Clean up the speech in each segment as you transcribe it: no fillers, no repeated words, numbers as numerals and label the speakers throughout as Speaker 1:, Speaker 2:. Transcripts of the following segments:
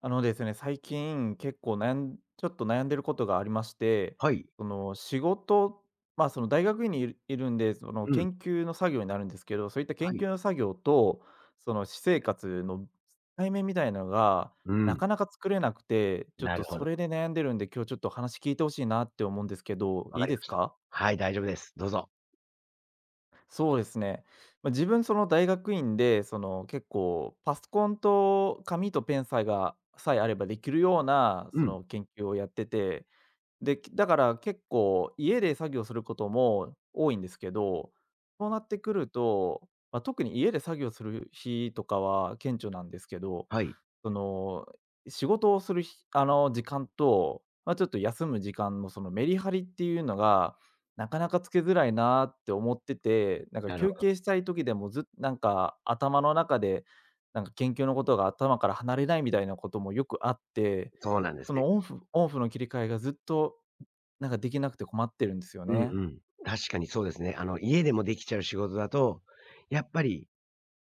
Speaker 1: あのですね、最近結構ちょっと悩んでることがありまして、
Speaker 2: はい。
Speaker 1: その仕事、その大学院にいるんで、その
Speaker 2: うん。
Speaker 1: 研究の作業になるんですけど、そういった
Speaker 2: は
Speaker 1: 研
Speaker 2: い。
Speaker 1: 究の作業と、その私生活の対面みたいなのが、
Speaker 2: う
Speaker 1: な
Speaker 2: ん。
Speaker 1: かなか作れなくて、ちょっ
Speaker 2: な
Speaker 1: と
Speaker 2: るほ
Speaker 1: そ
Speaker 2: ど。
Speaker 1: れで悩んでるんで、今日ちょっと話聞いてほしいなって思うんですけど、
Speaker 2: わ
Speaker 1: い
Speaker 2: か
Speaker 1: い
Speaker 2: り
Speaker 1: で
Speaker 2: ま
Speaker 1: す
Speaker 2: した。
Speaker 1: か？
Speaker 2: はい、大丈夫です。どうぞ。
Speaker 1: そうですね。自分その大学院で、その結構パソコンと紙とペンさえあればできるような
Speaker 2: う
Speaker 1: そ
Speaker 2: ん。
Speaker 1: の研究をやってて、で、だから結構家で作業することも多いんですけど、そうなってくると、特に家で作業する日とかは顕著なんですけど、
Speaker 2: はい。
Speaker 1: その、仕事をするひあの、時間と、ちょっと休む時間のそのメリハリっていうのが、なかなかつけづらいなって思ってて、なんか
Speaker 2: なるほ
Speaker 1: 休憩
Speaker 2: ど。
Speaker 1: したい時でもずっなんか頭の中で、なんか研究のことが頭から離れないみたいなこともよくあって、
Speaker 2: そうなんです
Speaker 1: そ
Speaker 2: ね。
Speaker 1: のオンフの切り替えがずっと、なんかできなくて困ってるんですよ
Speaker 2: うん
Speaker 1: ね。
Speaker 2: うん。確かにそうですね。家でもできちゃう仕事だと、やっぱり、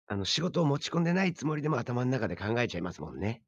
Speaker 2: 仕事を持ち込んでないつもりでも頭の中で考えちゃいますもんね。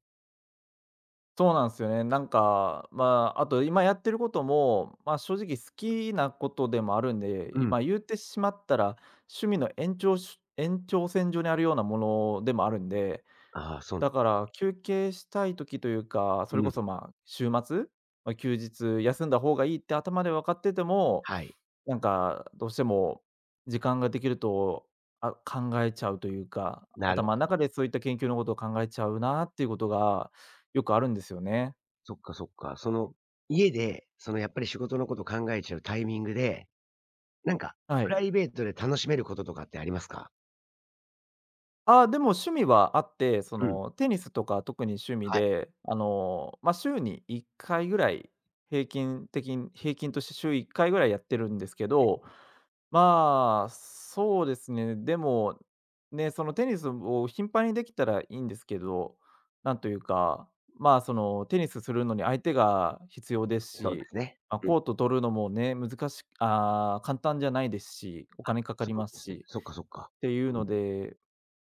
Speaker 1: そうなんですよね。なんか、あと今やってることも、正直好きなことでもあるんで、
Speaker 2: うん。
Speaker 1: 今言ってしまったら、趣味の延長線上にあるようなものでもあるんで、
Speaker 2: ああ、そう
Speaker 1: だ
Speaker 2: だ。
Speaker 1: から休憩したい時というか、そ
Speaker 2: う
Speaker 1: れ
Speaker 2: ん。
Speaker 1: こそ、ま、週末、休日休んだ方がいいって頭で分かってても、
Speaker 2: はい。
Speaker 1: なんかどうしても時間ができると、あ、考えちゃうというか、
Speaker 2: なる
Speaker 1: 頭の中でそういった研究のことを考えちゃうなっていうことがよくあるんですよね。
Speaker 2: そっかそっか。その、家で、そのやっぱり仕事のこと考えちゃうタイミングで、なんか、
Speaker 1: は
Speaker 2: プ
Speaker 1: い。
Speaker 2: ライベートで楽しめることとかってありますか？
Speaker 1: ああ、でも趣味はあって、そ
Speaker 2: うん。
Speaker 1: のテニスとか特に趣味
Speaker 2: はい、
Speaker 1: で、ま、週に1回ぐらい、平均として週1回ぐらいやってるんですけど、そうですね、でも、ね、そのテニスを頻繁にできたらいいんですけど、なんというか、そのテニスするのに相手が必要です
Speaker 2: そうで
Speaker 1: し、
Speaker 2: すね。
Speaker 1: ま、
Speaker 2: うん。
Speaker 1: コート取るのもね、難しああ、簡単じゃないですし、お
Speaker 2: あ、
Speaker 1: 金かか
Speaker 2: そ
Speaker 1: り
Speaker 2: うな
Speaker 1: ま
Speaker 2: ん
Speaker 1: す
Speaker 2: ですね。
Speaker 1: し
Speaker 2: そっかそっか。
Speaker 1: っていう
Speaker 2: う
Speaker 1: の
Speaker 2: ん。
Speaker 1: で、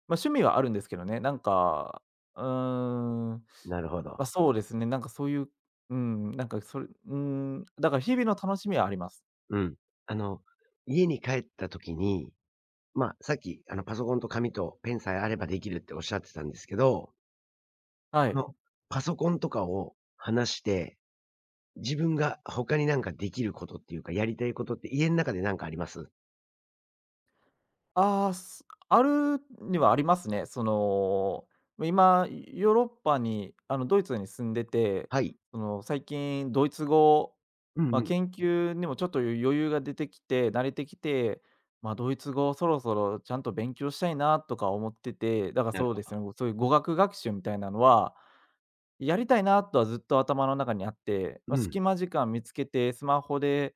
Speaker 1: 趣味はあるんですけどね、なんか、うーん、
Speaker 2: なるほど。
Speaker 1: そうですね、なんかそういう、うん、なんかそれ、だから日々の楽しみはあります。
Speaker 2: うん。あの、家に帰った時に、まあ、さっき、パソコンと紙とペンさえあればできるっておっしゃってたんですけど、
Speaker 1: は
Speaker 2: こ
Speaker 1: い。
Speaker 2: のパソコンとかを離して、自分が他になんかできることっていうか、やりたいことって家の中でなんかあります？
Speaker 1: あるにはありますね。その、ま今、ヨーロッパに、あの、ドイツに住んでて、
Speaker 2: はい。
Speaker 1: その、最近ドイツ語、
Speaker 2: うんうん。
Speaker 1: 研究にもちょっと余裕が出てきて、慣れてきて、ドイツ語をそろそろちゃんと勉強したいなとか思ってて、だから
Speaker 2: なる
Speaker 1: そう
Speaker 2: ほ
Speaker 1: です
Speaker 2: ど。
Speaker 1: ね、そういう語学学習みたいなのはやりたいなとはずっと頭の中にあって、
Speaker 2: うん。
Speaker 1: 隙間時間見つけて、スマホで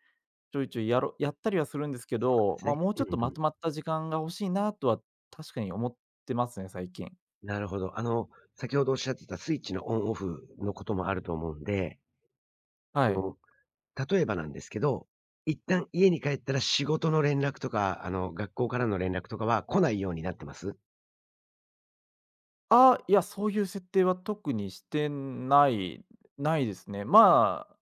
Speaker 1: ちょいちょいやったりはするんですけ
Speaker 2: そ
Speaker 1: ど、
Speaker 2: うなんで
Speaker 1: もうちょっ
Speaker 2: すね。
Speaker 1: と
Speaker 2: うん
Speaker 1: ま
Speaker 2: うん。
Speaker 1: とまった時間が欲しいなとは確かに思ってますね、最近。
Speaker 2: なるほど。あの、先ほどおっしゃってたスイッチのオンオフのこともあると思うんで、
Speaker 1: は
Speaker 2: あ
Speaker 1: い。
Speaker 2: の、例えばなんですけど、一旦家に帰ったら仕事の連絡とか、学校からの連絡とかは来ないようになってます？
Speaker 1: あ、いや、そういう設定は特にしてないですね。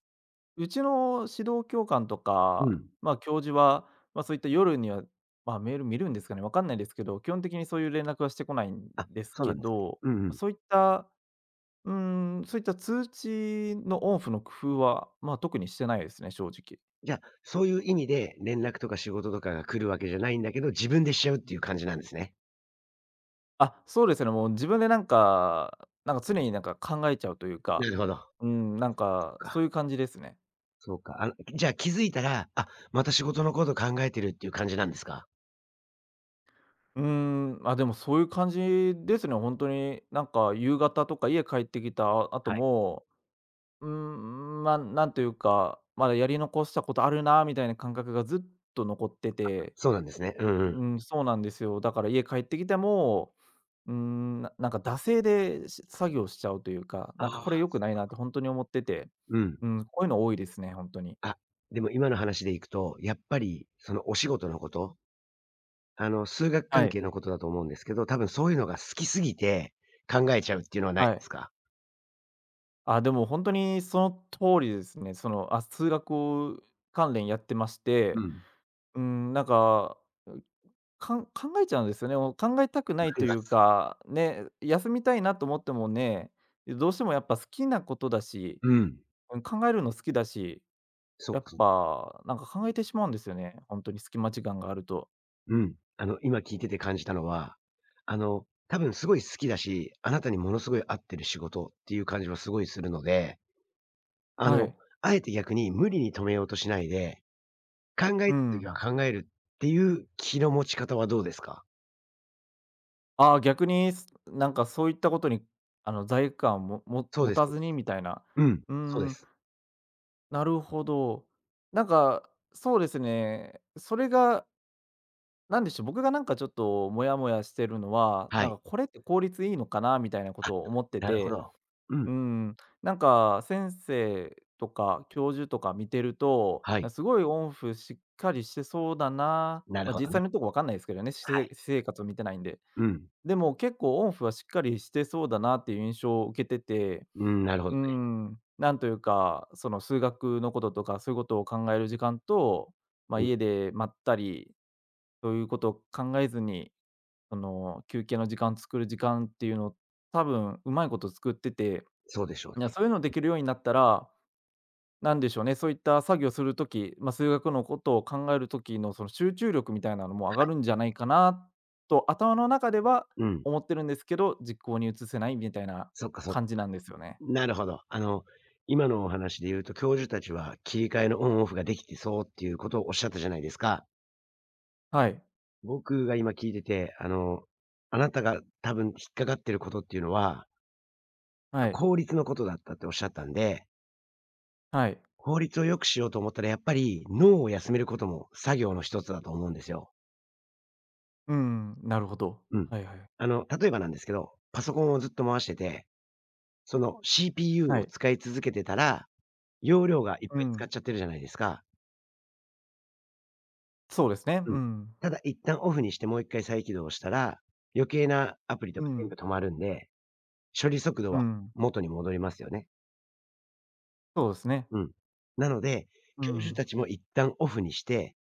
Speaker 1: うちの指導教官と
Speaker 2: う
Speaker 1: か、
Speaker 2: ん。
Speaker 1: 教授は、そういった夜には、メール見るんですかね、わかんないですけど、基本的にそういう連絡はしてこないん
Speaker 2: あ、
Speaker 1: です
Speaker 2: そうな
Speaker 1: け
Speaker 2: んです
Speaker 1: ど、
Speaker 2: ね。うんう
Speaker 1: ま
Speaker 2: ん。
Speaker 1: そういったうーん、そういった通知のオンオフの工夫は、特にしてないですね、正直。
Speaker 2: じゃあ、そういう意味で連絡とか仕事とかが来るわけじゃないんだけど、自分でしちゃうっていう感じなんですね。
Speaker 1: あ、そうですね、もう自分でなんか、なんか常になんか考えちゃうという
Speaker 2: な
Speaker 1: か、
Speaker 2: るほど。
Speaker 1: うん、なんかそ
Speaker 2: か、
Speaker 1: ういう感じですね。
Speaker 2: そうか。あの、じゃあ気づいたら、あ、また仕事のこと考えてるっていう感じなんですか？
Speaker 1: でもそういう感じですね、本当に。なんか夕方とか家帰ってきた後
Speaker 2: はい。
Speaker 1: も、うーなんというか、まだやり残したことあるなみたいな感覚がずっと残ってて、
Speaker 2: そうなんですね。うんうん。
Speaker 1: うん、そうなんですよ。だから家帰ってきても、うーん、なんか惰性で作業しちゃうというか、
Speaker 2: あ
Speaker 1: なんか
Speaker 2: あ、
Speaker 1: これ良くないなって本当に思ってて、
Speaker 2: うん。
Speaker 1: うん、こういうの多いですね、本当に。
Speaker 2: あ、でも今の話でいくと、やっぱりそのお仕事のこと数学
Speaker 1: は
Speaker 2: 関
Speaker 1: い、
Speaker 2: 係のことだと思うんですけど、多分そういうのが好きすぎて考えちゃうっていうのはない
Speaker 1: は
Speaker 2: です
Speaker 1: い。
Speaker 2: か？
Speaker 1: あ、でも本当にその通りですね。その、あ、数学関連やってまし
Speaker 2: うん、
Speaker 1: て、
Speaker 2: わ
Speaker 1: うん、なんか、考えちゃうんですよね。もう考えたく
Speaker 2: か
Speaker 1: ないと
Speaker 2: り
Speaker 1: い
Speaker 2: ま
Speaker 1: う
Speaker 2: す。
Speaker 1: か、ね、休みたいなと思ってもね、どうしてもやっぱ好きなことだし、
Speaker 2: うん。
Speaker 1: うん、考えるの好きだし
Speaker 2: そっ
Speaker 1: やっ
Speaker 2: か
Speaker 1: ぱ、なんか考えてしまうんですよね、ほんとに隙間時間があると。
Speaker 2: うん。あの、今聞いてて感じたのは、あの、多分すごい好きだし、あなたにものすごい合ってる仕事っていう感じはすごいするので、あ
Speaker 1: は
Speaker 2: の、
Speaker 1: い。
Speaker 2: あえて逆に無理に止めようとしないで、考え
Speaker 1: う
Speaker 2: た時
Speaker 1: ん。
Speaker 2: は考えるっていう気の持ち方はどうですか？
Speaker 1: ああ、逆に、なんかそういったことに、あの、罪悪感を
Speaker 2: そう
Speaker 1: 持
Speaker 2: です
Speaker 1: た
Speaker 2: そう
Speaker 1: ず
Speaker 2: で
Speaker 1: に
Speaker 2: す。
Speaker 1: みたいな。
Speaker 2: うん、
Speaker 1: うー
Speaker 2: そうで
Speaker 1: ん、
Speaker 2: す。
Speaker 1: なるほど。なんか、そうですね、それが、なんでしょう、僕がなんかちょっとモヤモヤしてるのは、
Speaker 2: は
Speaker 1: なん
Speaker 2: い。
Speaker 1: かこれって効率いいのかなみたいなこ
Speaker 2: あ、
Speaker 1: とを思って
Speaker 2: なるほ
Speaker 1: て、
Speaker 2: ど。うん、
Speaker 1: うん、なんか先生とか教授とか見てると、
Speaker 2: はい。
Speaker 1: すごいオンオフしっかりしてそうだな、
Speaker 2: なるほ
Speaker 1: 実
Speaker 2: ど
Speaker 1: 際
Speaker 2: ね。
Speaker 1: のとこ分かんないですけどね、し
Speaker 2: は
Speaker 1: 私
Speaker 2: い。
Speaker 1: 生活を見てないんで。
Speaker 2: うん。
Speaker 1: でも結構オンオフはしっかりしてそうだなっていう印象を受けてて、
Speaker 2: うん、なるほど
Speaker 1: う
Speaker 2: ね。
Speaker 1: ん、なんというか、その数学のこととかそういうことを考える時間と、
Speaker 2: うん、
Speaker 1: 家でまったりそういうことを考えずに、その休憩の時間作る時間っていうのを多分うまいこと作ってて、
Speaker 2: そうでしょう
Speaker 1: いや、
Speaker 2: ね。
Speaker 1: そういうのできるようになったら、なんでしょうね、そういった作業するとき、数学のことを考える時のその集中力みたいなのも上がるんじゃないかなと、頭の中では
Speaker 2: うん。
Speaker 1: 思ってるんですけど、実行に移せないみたいな
Speaker 2: そっかそっか
Speaker 1: 感じなんですよね。
Speaker 2: なるほど。あの、今のお話で言うと、教授たちは切り替えのオンオフができてそうっていうことをおっしゃったじゃないですか。
Speaker 1: はい、
Speaker 2: 僕が今聞いてて、あなたが多分引っかかってることっていうのは、
Speaker 1: はい、
Speaker 2: 効率のことだったっておっしゃったんで、
Speaker 1: はい。
Speaker 2: 効率を良くしようと思ったらやっぱり脳を休めることも作業の一つだと思うんですよ。
Speaker 1: うん、なるほど。
Speaker 2: うん。
Speaker 1: はいはい。
Speaker 2: 例えばなんですけど、パソコンをずっと回してて、その CPU
Speaker 1: は
Speaker 2: を
Speaker 1: い。
Speaker 2: 使い続けてたら容量がいっ
Speaker 1: う
Speaker 2: ぱい使っ
Speaker 1: ん。
Speaker 2: ちゃってるじゃないですか。
Speaker 1: そうですね。
Speaker 2: う
Speaker 1: う
Speaker 2: ん。
Speaker 1: ん。
Speaker 2: ただ一旦オフにしてもう一回再起動したら、余計なアプリと
Speaker 1: う
Speaker 2: か全
Speaker 1: ん。
Speaker 2: 部止まるんで、処理速度
Speaker 1: う
Speaker 2: は
Speaker 1: ん。
Speaker 2: 元に戻りますよね。
Speaker 1: そうですね。
Speaker 2: うん。なので、
Speaker 1: う
Speaker 2: 教授
Speaker 1: ん。
Speaker 2: たちも一旦オフにして、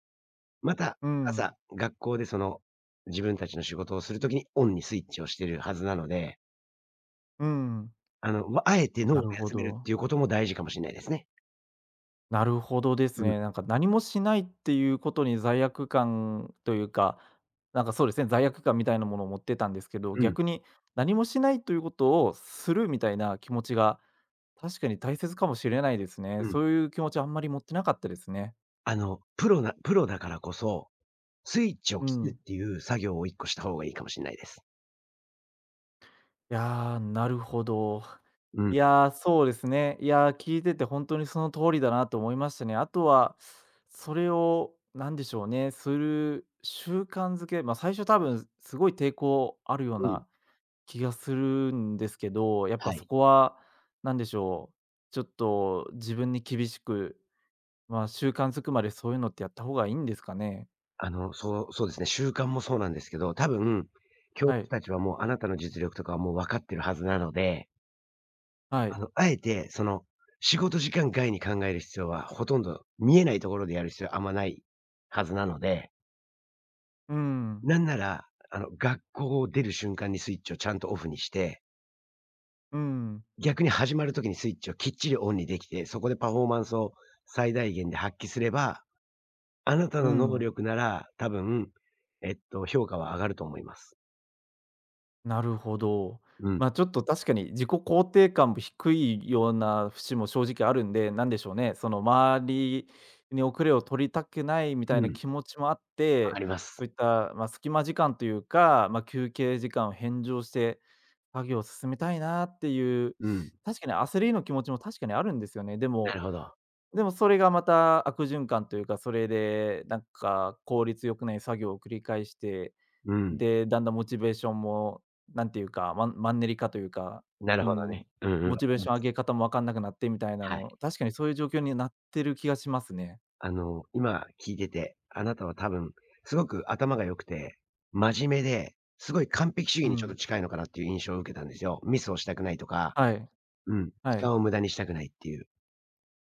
Speaker 2: また
Speaker 1: うん。
Speaker 2: 朝、学校でその、自分たちの仕事をするときにオンにスイッチをしてるはずなので、
Speaker 1: うん。
Speaker 2: あの、ま、あえて脳
Speaker 1: な
Speaker 2: を
Speaker 1: るほ
Speaker 2: 休めるっ
Speaker 1: ど。
Speaker 2: ていうことも大事かもしんないですね。
Speaker 1: なるほどで
Speaker 2: う
Speaker 1: す
Speaker 2: ん、
Speaker 1: ね。なんか何もしないっていうことに罪悪感というか、なんかそうですね、罪悪感みたいなものを持ってたんですけど、
Speaker 2: うん、
Speaker 1: 逆に何もしないということをするみたいな気持ちが確かに大切かもしれないですね。
Speaker 2: うん。
Speaker 1: そういう気持ちあんまり持ってなかったですね。
Speaker 2: プロだからこそスイッチを
Speaker 1: う
Speaker 2: 切る
Speaker 1: ん。
Speaker 2: っていう作業を1個した方がいいかもしんないです。
Speaker 1: いやー、なるほど。
Speaker 2: うん、
Speaker 1: いやー、そうですね。いやー、聞いてて本当にその通りだなと思いましたね。あとは、それを何でしょうね、する習慣づけ、最初多分すごい抵抗あるよう
Speaker 2: うん。
Speaker 1: な気がするんですけど、やっぱ
Speaker 2: は
Speaker 1: そ
Speaker 2: い。
Speaker 1: こは何でしょう、ちょっと自分に厳しく、習慣づくまでそういうのってやった方がいいんですかね？
Speaker 2: そうですね、習慣もそうなんですけど、多分、教
Speaker 1: は
Speaker 2: 師
Speaker 1: い、
Speaker 2: たちはもうあなたの実力とかはもう分かってるはずなので、
Speaker 1: はい。
Speaker 2: あの、あえて、その、仕事時間外に考える必要はほとんど見えないところでやる必要はあんまないはずなので、
Speaker 1: うん、
Speaker 2: なんなら、学校を出る瞬間にスイッチをちゃんとオフにして、
Speaker 1: うん、
Speaker 2: 逆に始まる時にスイッチをきっちりオンにできて、そこでパフォーマンスを最大限で発揮すればあなた
Speaker 1: う
Speaker 2: の能
Speaker 1: ん。
Speaker 2: 力なら、多分、評価は上がると思います。
Speaker 1: なるほど。
Speaker 2: うん。
Speaker 1: ちょっと確かに自己肯定感も低いような節も正直あるんで、なんでしょうね、その周りに遅れを取りたくないみ
Speaker 2: う
Speaker 1: たいな
Speaker 2: ん。
Speaker 1: 気持ちもあっ
Speaker 2: わか
Speaker 1: て、
Speaker 2: ります。
Speaker 1: そういった、ま、隙間時間というか、休憩時間を返上して作業を進めたいなっていう、
Speaker 2: うん。
Speaker 1: 確かに焦りの気持ちも確かにあるんですよね。
Speaker 2: なるほど。
Speaker 1: でもそれがまた悪循環というか、それでなんか効率良くない作業を繰り返して、
Speaker 2: うん。
Speaker 1: で、だんだんモチベーションも、なんていうか、マンネリ化というか、
Speaker 2: なる
Speaker 1: う
Speaker 2: ほどね。
Speaker 1: ん、
Speaker 2: うんうん。
Speaker 1: モ
Speaker 2: わ
Speaker 1: チ
Speaker 2: か
Speaker 1: ベー
Speaker 2: りま
Speaker 1: ション上
Speaker 2: す。
Speaker 1: げ方もわかんなくなってみたいな
Speaker 2: はい。
Speaker 1: の、確かにそういう状況になってる気がしますね。
Speaker 2: あの、今聞いてて、あなたは多分、すごく頭が良くて、真面目で、すごい完璧主義
Speaker 1: う
Speaker 2: にちょっと
Speaker 1: ん。
Speaker 2: 近いのかなっていう印象を受けたんですよ。ミスをしたくないとか、
Speaker 1: はい、
Speaker 2: うん、時
Speaker 1: はい。
Speaker 2: 間を無駄にしたくないっていう。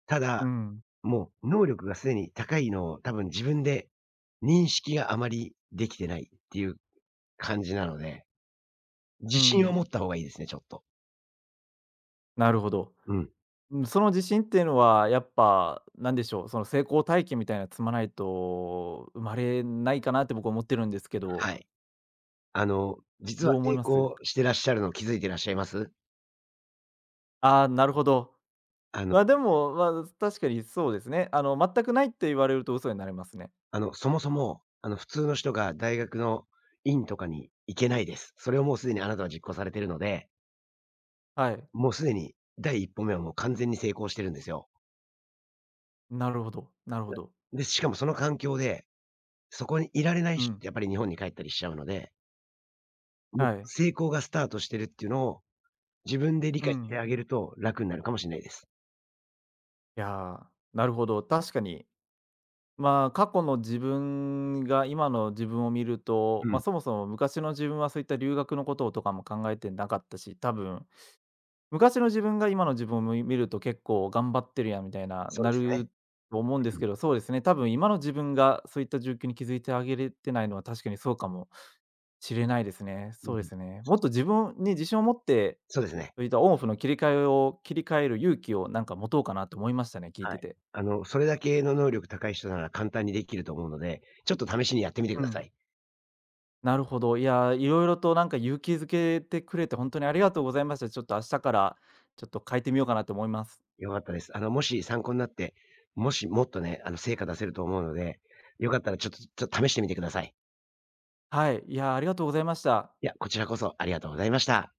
Speaker 2: た
Speaker 1: う
Speaker 2: だ、
Speaker 1: ん、
Speaker 2: もう能力がすでに高いのを多分自分で認識があまりできてないっていう感じなので、自
Speaker 1: う
Speaker 2: 信を
Speaker 1: ん。
Speaker 2: 持った方がいいですね、ちょっと。
Speaker 1: なるほど。
Speaker 2: うん。
Speaker 1: うん、その自信っていうのはやっぱ、なんでしょう、その成功体験みたいなの積まないと生まれないかなって僕は思ってるんですけど、
Speaker 2: はい。あの、実
Speaker 1: ど
Speaker 2: は
Speaker 1: う思
Speaker 2: 成
Speaker 1: います？
Speaker 2: 功してらっしゃるの気づいてらっしゃいます？
Speaker 1: ああー、なるほど。
Speaker 2: あの
Speaker 1: ま、でも、まあ、確かにそうですね。あの、全くないって言われると嘘になりますね。
Speaker 2: そもそも、あの、普通の人が大学の院とかに行けないです。それをもうすでにあなたは実行されてるので、
Speaker 1: はい。
Speaker 2: もうすでに第一歩目はもう完全に成功してるんですよ。
Speaker 1: なるほど、なるほど。
Speaker 2: で、しかもその環境で、そこにいられない
Speaker 1: う
Speaker 2: 人っ
Speaker 1: ん。
Speaker 2: てやっぱり日本に帰ったりしちゃうので、もう
Speaker 1: はい。
Speaker 2: 成功がスタートしてるっていうのを自分で理
Speaker 1: う
Speaker 2: 解して
Speaker 1: ん。
Speaker 2: あげると楽になるかもしれないです。
Speaker 1: いやー、なるほど、確かに。過去の自分が今の自分を見ると、
Speaker 2: うん。
Speaker 1: そもそも昔の自分はそういった留学のこととかも考えてなかったし、多分、昔の自分が今の自分を見ると結構頑張ってるやんみたいな、
Speaker 2: そう
Speaker 1: な
Speaker 2: ですね。
Speaker 1: ると思うんで
Speaker 2: う
Speaker 1: す
Speaker 2: ん。
Speaker 1: けど、そうですね、多分今の自分がそういった状況に気づいてあげれてないのは確かにそうかもしれないですね。
Speaker 2: う
Speaker 1: そうで
Speaker 2: ん。
Speaker 1: すね。もっと自分に自信を持って
Speaker 2: そうですね。
Speaker 1: そういったオンオフの切り替える勇気をなんか持とうかなと思いましたね、聞い
Speaker 2: はい。
Speaker 1: てて。
Speaker 2: あの、それだけの能力高い人なら簡単にできると思うので、ちょっと試しにやってみてく
Speaker 1: う
Speaker 2: ださ
Speaker 1: ん。
Speaker 2: い。
Speaker 1: なるほど。いや、いろいろとなんか勇気づけてくれて本当にありがとうございました。ちょっと明日からちょっと変えてみようかなと思います。
Speaker 2: 良かったです。あの、もし参考になって、もしもっとね、あの、成果出せると思うので、よかったらちょっと、ちょっと試してみてください。
Speaker 1: はい、いや、ありがとうございました。
Speaker 2: いや、こちらこそありがとうございました。